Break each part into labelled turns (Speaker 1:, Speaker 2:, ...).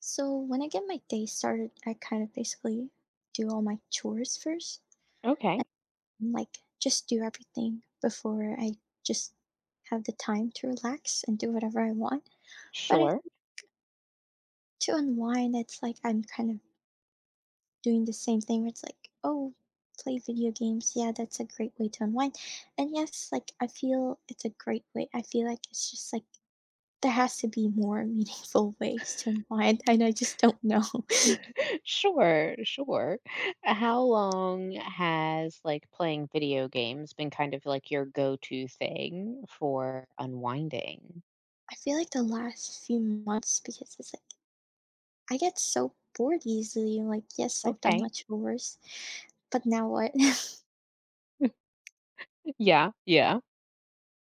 Speaker 1: So when I get my day started, I kind of basically do all my chores first
Speaker 2: Okay.
Speaker 1: and like just do everything before I just have the time to relax and do whatever I want. But if
Speaker 2: Sure.
Speaker 1: to unwind, it's like I'm kind of doing the same thing where it's like, oh, play video games. Yeah, that's a great way to unwind. And yes, like I feel it's a great way. I feel like it's just like there has to be more meaningful ways to unwind, and I just don't know.
Speaker 2: Sure, sure. How long has like playing video games been kind of like your go-to thing for unwinding?
Speaker 1: I feel like the last few months because it's like I get so bored easily. I'm like, yes, I've done
Speaker 2: Okay.
Speaker 1: much worse, but now what?
Speaker 2: Yeah, yeah.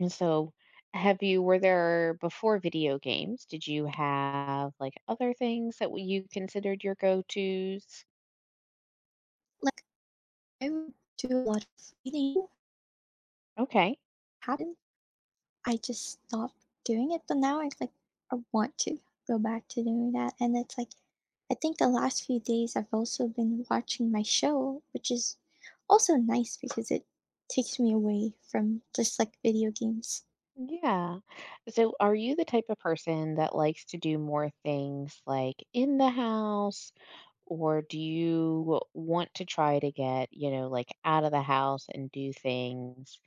Speaker 2: And so have you were there before video games, did you have like other things that you considered your go-tos?
Speaker 1: like I would do a lot of reading.
Speaker 2: Okay.
Speaker 1: Happened. I just stopped doing it, but now I like I want to go back to doing that, and it's like I think the last few days I've also been watching my show, which is also nice because it takes me away from just like video games.
Speaker 2: Yeah. So are you the type of person that likes to do more things like in the house, or do you want to try to get, you know, like out of the house and do things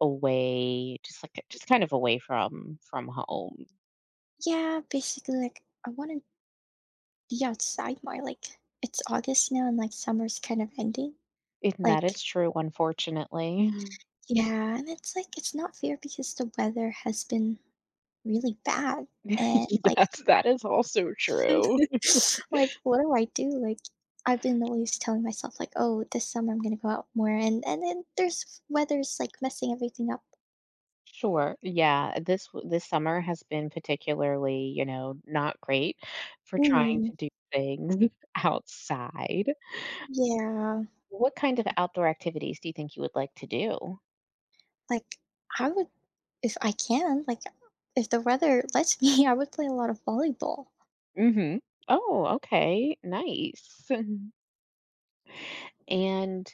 Speaker 2: away, just like just kind of away from home?
Speaker 1: Yeah, basically like I want to be outside more, like, it's August now and, like, summer's kind of ending,
Speaker 2: And that
Speaker 1: like.
Speaker 2: is true, unfortunately.
Speaker 1: Yeah, and it's like, it's not fair because the weather has been really bad, and, like,
Speaker 2: Yes, that is also true.
Speaker 1: like, what do I do? Like, I've been always telling myself, like, "Oh, this summer I'm gonna go out more," and then there's weather's, like, messing everything up.
Speaker 2: Sure, yeah, this this summer has been particularly, you know, not great for trying
Speaker 1: Mm,
Speaker 2: to do things outside.
Speaker 1: yeah,
Speaker 2: What kind of outdoor activities do you think you would like to do?
Speaker 1: like, I would if I can, like, if the weather lets me, I would play a lot of volleyball.
Speaker 2: Mhm. Oh, okay. Nice. And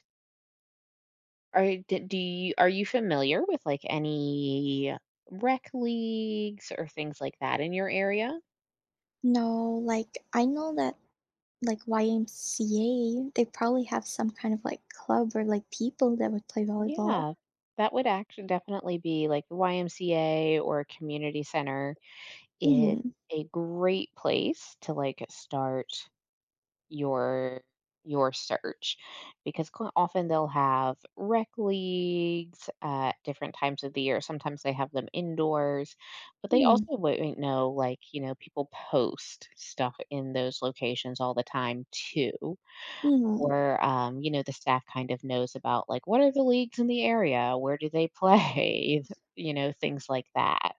Speaker 2: are d- do you are you familiar with like any rec leagues or things like that in your area?
Speaker 1: No, like, I know that like YMCA, they probably have some kind of like club or like people that would play volleyball.
Speaker 2: Yeah, that would actually definitely be like the YMCA or community center is
Speaker 1: Mhm,
Speaker 2: a great place to like start your your search because quite often they'll have rec leagues at different times of the year. Sometimes they have them indoors, but they
Speaker 1: mhm,
Speaker 2: also wouldn't know like, you know, people post stuff in those locations all the time too.
Speaker 1: mhm.
Speaker 2: Or you know, the staff kind of knows about like what are the leagues in the area? Where do they play? You know, things like that.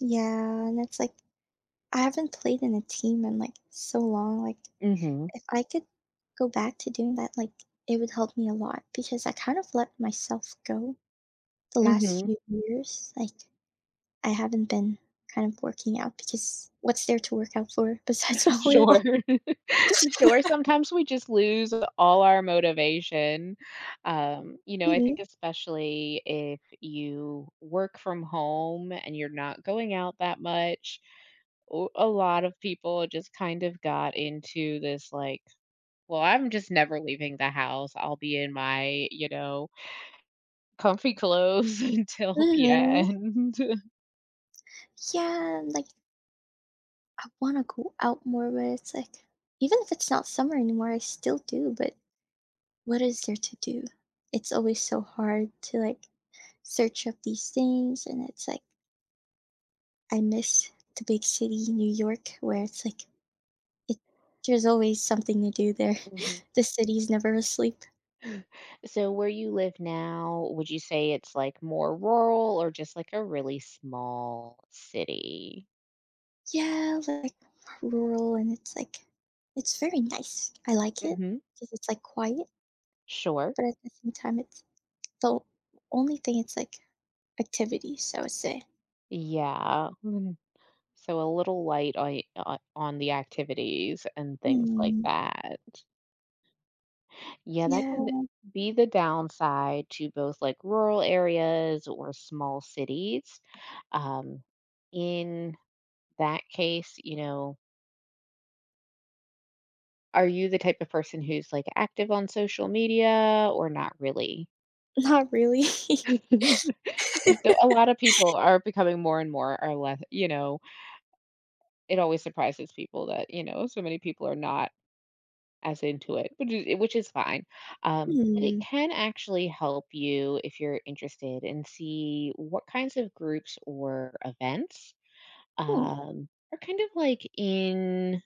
Speaker 1: Yeah, and it's like I haven't played in a team in like so long. Like
Speaker 2: Mhm.
Speaker 1: if I could go back to doing that, like it would help me a lot because I kind of let myself go the last
Speaker 2: Mhm.
Speaker 1: few years. Like I haven't been kind of working out because what's there to work out for besides volleyball?
Speaker 2: Sure. Sure, sometimes we just lose all our motivation. You know, I
Speaker 1: Mhm,
Speaker 2: think especially if you work from home and you're not going out that much, o a lot of people just kind of got into this, like, "Well, I'm just never leaving the house. I'll be in my, you know, comfy clothes until the
Speaker 1: mhm.
Speaker 2: end."
Speaker 1: Yeah, like I want to go out more, but it's like, even if it's not summer anymore, I still do. But what is there to do? It's always so hard to like search up these things. And it's like, I miss the big city, New York, where it's like, it, there's always something to do there. The city's never asleep.
Speaker 2: So where you live now, would you say it's like more rural or just like a really small city?
Speaker 1: Yeah, like rural. And it's like, it's very nice. I like it
Speaker 2: Hmm.
Speaker 1: because it's like quiet.
Speaker 2: Sure.
Speaker 1: But at the same time, it's the only thing it's like activity, so I would say.
Speaker 2: Yeah. Mm. So a little light on the activities and things like
Speaker 1: Hmm.
Speaker 2: that. Yeah, that can
Speaker 1: Yeah,
Speaker 2: be the downside to both like rural areas or small cities. Um, in that case, you know, are you the type of person who's like active on social media or not really?
Speaker 1: not really.
Speaker 2: So a lot of people are becoming more and more are less, you know, it always surprises people that, you know, so many people are not as into it, which is fine. But it
Speaker 1: Hmm,
Speaker 2: can actually help you if you're interested and see what kinds of groups or events
Speaker 1: hmm,
Speaker 2: are kind of like in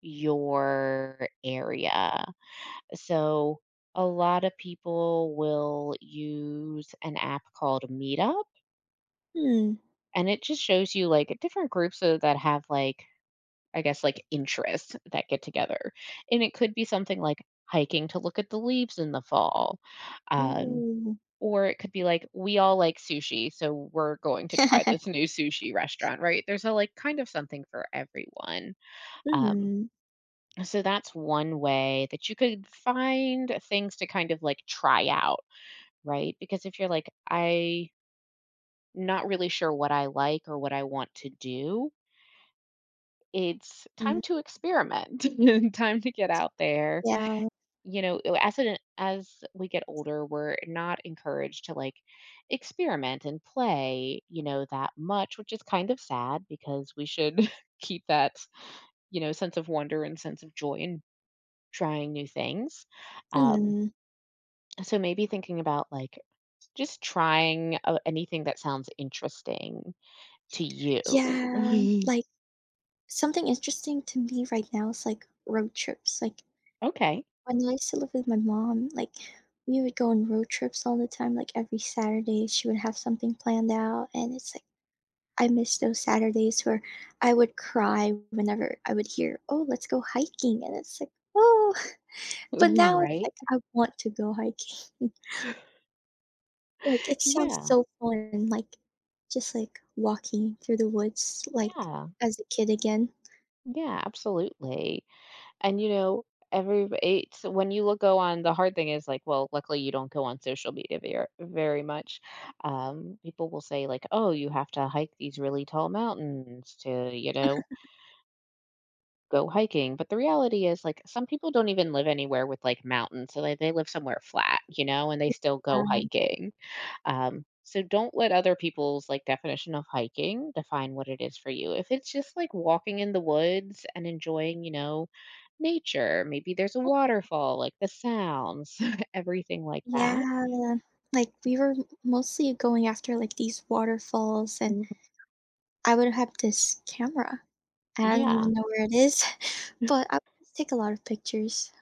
Speaker 2: your area. So a lot of people will use an app called Meetup.
Speaker 1: hmm,
Speaker 2: And it just shows you, like, different groups, that have, like, I guess, like, interests that get together. And it could be something like hiking to look at the leaves in the fall, um,
Speaker 1: ooh.
Speaker 2: or it could be like, "We all like sushi, so we're going to try this new sushi restaurant," right? There's a, like, kind of something for everyone. Um,
Speaker 1: Mhm,
Speaker 2: so that's one way that you could find things to kind of, like, try out, right? Because if you're like, "I not really sure what I like or what I want to do," it's
Speaker 1: mm,
Speaker 2: time to experiment, time to get out there.
Speaker 1: yeah,
Speaker 2: You know, as we get older, we're not encouraged to, like, experiment and play, you know, that much, which is kind of sad because we should keep that, you know, sense of wonder and sense of joy in trying new things. Um,
Speaker 1: hmm,
Speaker 2: so maybe thinking about, like, just trying, anything that sounds interesting to you.
Speaker 1: yeah, like, something interesting to me right now is, like, road trips, like,
Speaker 2: Okay.
Speaker 1: when I used to live with my mom, like, we would go on road trips all the time, like, every Saturday, she would have something planned out, and it's like, I miss those Saturdays where I would cry whenever I would hear, "Oh, let's go hiking," and it's like, "Oh." But now it's
Speaker 2: Right?
Speaker 1: like I want to go hiking. Like, it sounds
Speaker 2: Yeah,
Speaker 1: so fun, like, just, like, walking through the woods, like,
Speaker 2: yeah.
Speaker 1: as a kid again.
Speaker 2: Yeah, absolutely. And you know, every it's when you look go on, the hard thing is like, well, luckily you don't go on social media very, very much. People will say like, oh, you have to hike these really tall mountains to, you know, go hiking. But the reality is like some people don't even live anywhere with like mountains, so they live somewhere flat, you know, and they still go
Speaker 1: Yeah.
Speaker 2: hiking. So don't let other people's like definition of hiking define what it is for you. If it's just like walking in the woods and enjoying, you know, nature, maybe there's a waterfall, like the sounds, everything like that.
Speaker 1: Yeah, like, we were mostly going after, like, these waterfalls, and
Speaker 2: Mhm.
Speaker 1: I would have this camera. I don't
Speaker 2: Yeah.
Speaker 1: even know where it is, but I would take a lot of pictures.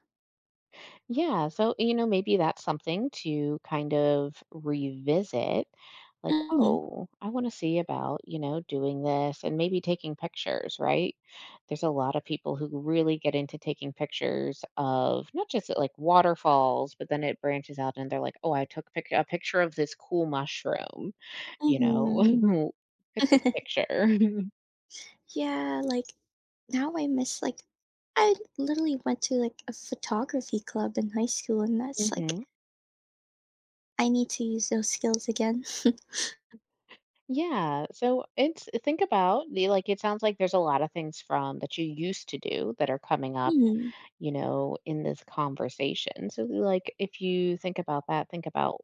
Speaker 2: Yeah, so you know, maybe that's something to kind of revisit. Like,
Speaker 1: Mhm,
Speaker 2: oh, I want to see about, you know, doing this and maybe taking pictures, right? There's a lot of people who really get into taking pictures of not just like waterfalls, but then it branches out and they're like, oh, I took a picture of this cool mushroom, you know,
Speaker 1: mhm.
Speaker 2: look at this picture.
Speaker 1: Yeah, like now I miss like I literally went to like a photography club in high school and that's like
Speaker 2: Hmm.
Speaker 1: I need to use those skills again.
Speaker 2: Yeah. So it's think about the like it sounds like there's a lot of things from that you used to do that are coming up,
Speaker 1: Mm,
Speaker 2: you know, in this conversation. So like if you think about that, think about,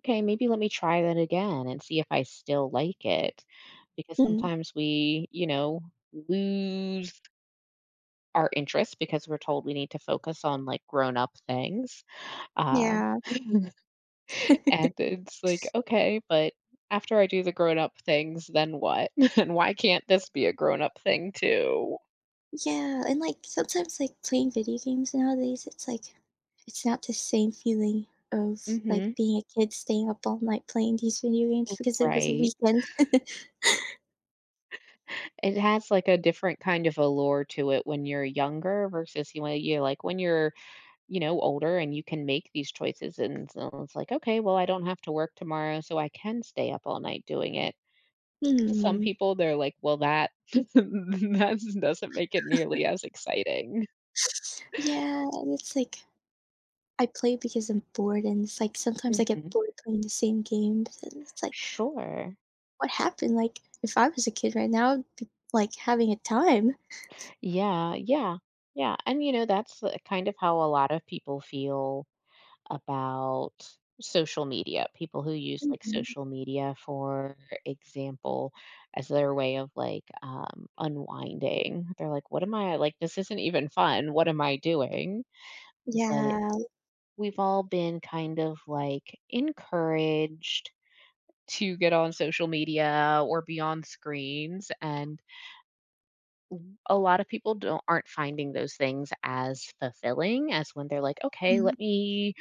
Speaker 2: okay, maybe let me try that again and see if I still like it. Because
Speaker 1: mm,
Speaker 2: sometimes we, you know, lose our interest because we're told we need to focus on like grown up things. Uh
Speaker 1: yeah.
Speaker 2: And it's like, okay, but after I do the grown up things, then what? And why can't this be a grown up thing too?
Speaker 1: Yeah, and like sometimes like playing video games nowadays, it's like it's not the same feeling of like
Speaker 2: Hmm.
Speaker 1: being a kid staying up all night playing these video games because it was a
Speaker 2: Right.
Speaker 1: weekend.
Speaker 2: It has like a different kind of allure to it when you're younger versus you know, you know, older and you can make these choices and so it's like, okay, well, I don't have to work tomorrow, so I can stay up all night doing it. To some
Speaker 1: Hmm.
Speaker 2: people they're like, well, that that doesn't make it nearly as exciting.
Speaker 1: Yeah, and it's like I play because I'm bored and it's like sometimes I get
Speaker 2: Hmm.
Speaker 1: bored playing the same games and it's like,
Speaker 2: Sure.
Speaker 1: what happened? Like, if I was a kid right now, I'd be, like, having a time.
Speaker 2: Yeah, yeah, yeah. And you know, that's kind of how a lot of people feel about social media. People who use like
Speaker 1: Mhm.
Speaker 2: social media, for example, as their way of like unwinding. They're like, what am I like? This isn't even fun. What am I doing? But
Speaker 1: Yeah.
Speaker 2: we've all been kind of like encouraged to get on social media or be on screens, and a lot of people don't aren't finding those things as fulfilling as when they're like, okay,
Speaker 1: Mhm.
Speaker 2: let me,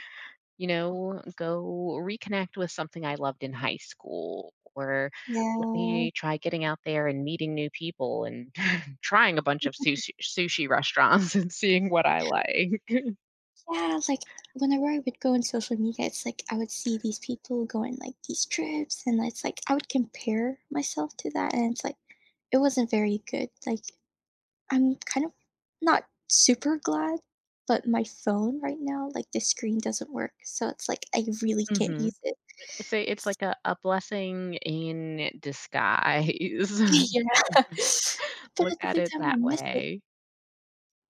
Speaker 2: you know, go reconnect with something I loved in high school, or let
Speaker 1: Yeah.
Speaker 2: me try getting out there and meeting new people and trying a bunch of sushi restaurants and seeing what I like.
Speaker 1: Yeah, like, whenever I would go on social media, it's like I would see these people going, like, these trips, and it's like I would compare myself to that, and it's like it wasn't very good. Like, I'm kind of not super glad, but my phone right now, like, the screen doesn't work, so it's like I really can't
Speaker 2: Hmm.
Speaker 1: use it.
Speaker 2: Say it's like a blessing in disguise.
Speaker 1: Yeah. But
Speaker 2: Look
Speaker 1: at the
Speaker 2: at
Speaker 1: same
Speaker 2: it
Speaker 1: time, I
Speaker 2: that
Speaker 1: miss it.
Speaker 2: way.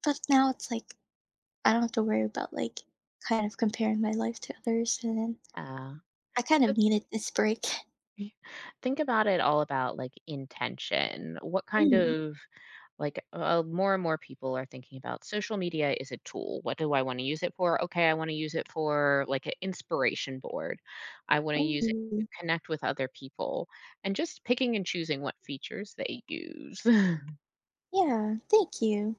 Speaker 1: But now it's like, I don't have to worry about, like, kind of comparing my life to others, and
Speaker 2: Uh,
Speaker 1: I kind of needed this break.
Speaker 2: y- think about it all about, like, intention. What kind
Speaker 1: Mhm.
Speaker 2: of like, more and more people are thinking about social media is a tool. What do I wanna use it for? Okay, I wanna use it for, like, an inspiration board. I wanna use it to
Speaker 1: Ooh.
Speaker 2: connect with other people, and just picking and choosing what features they use.
Speaker 1: Yeah, thank you.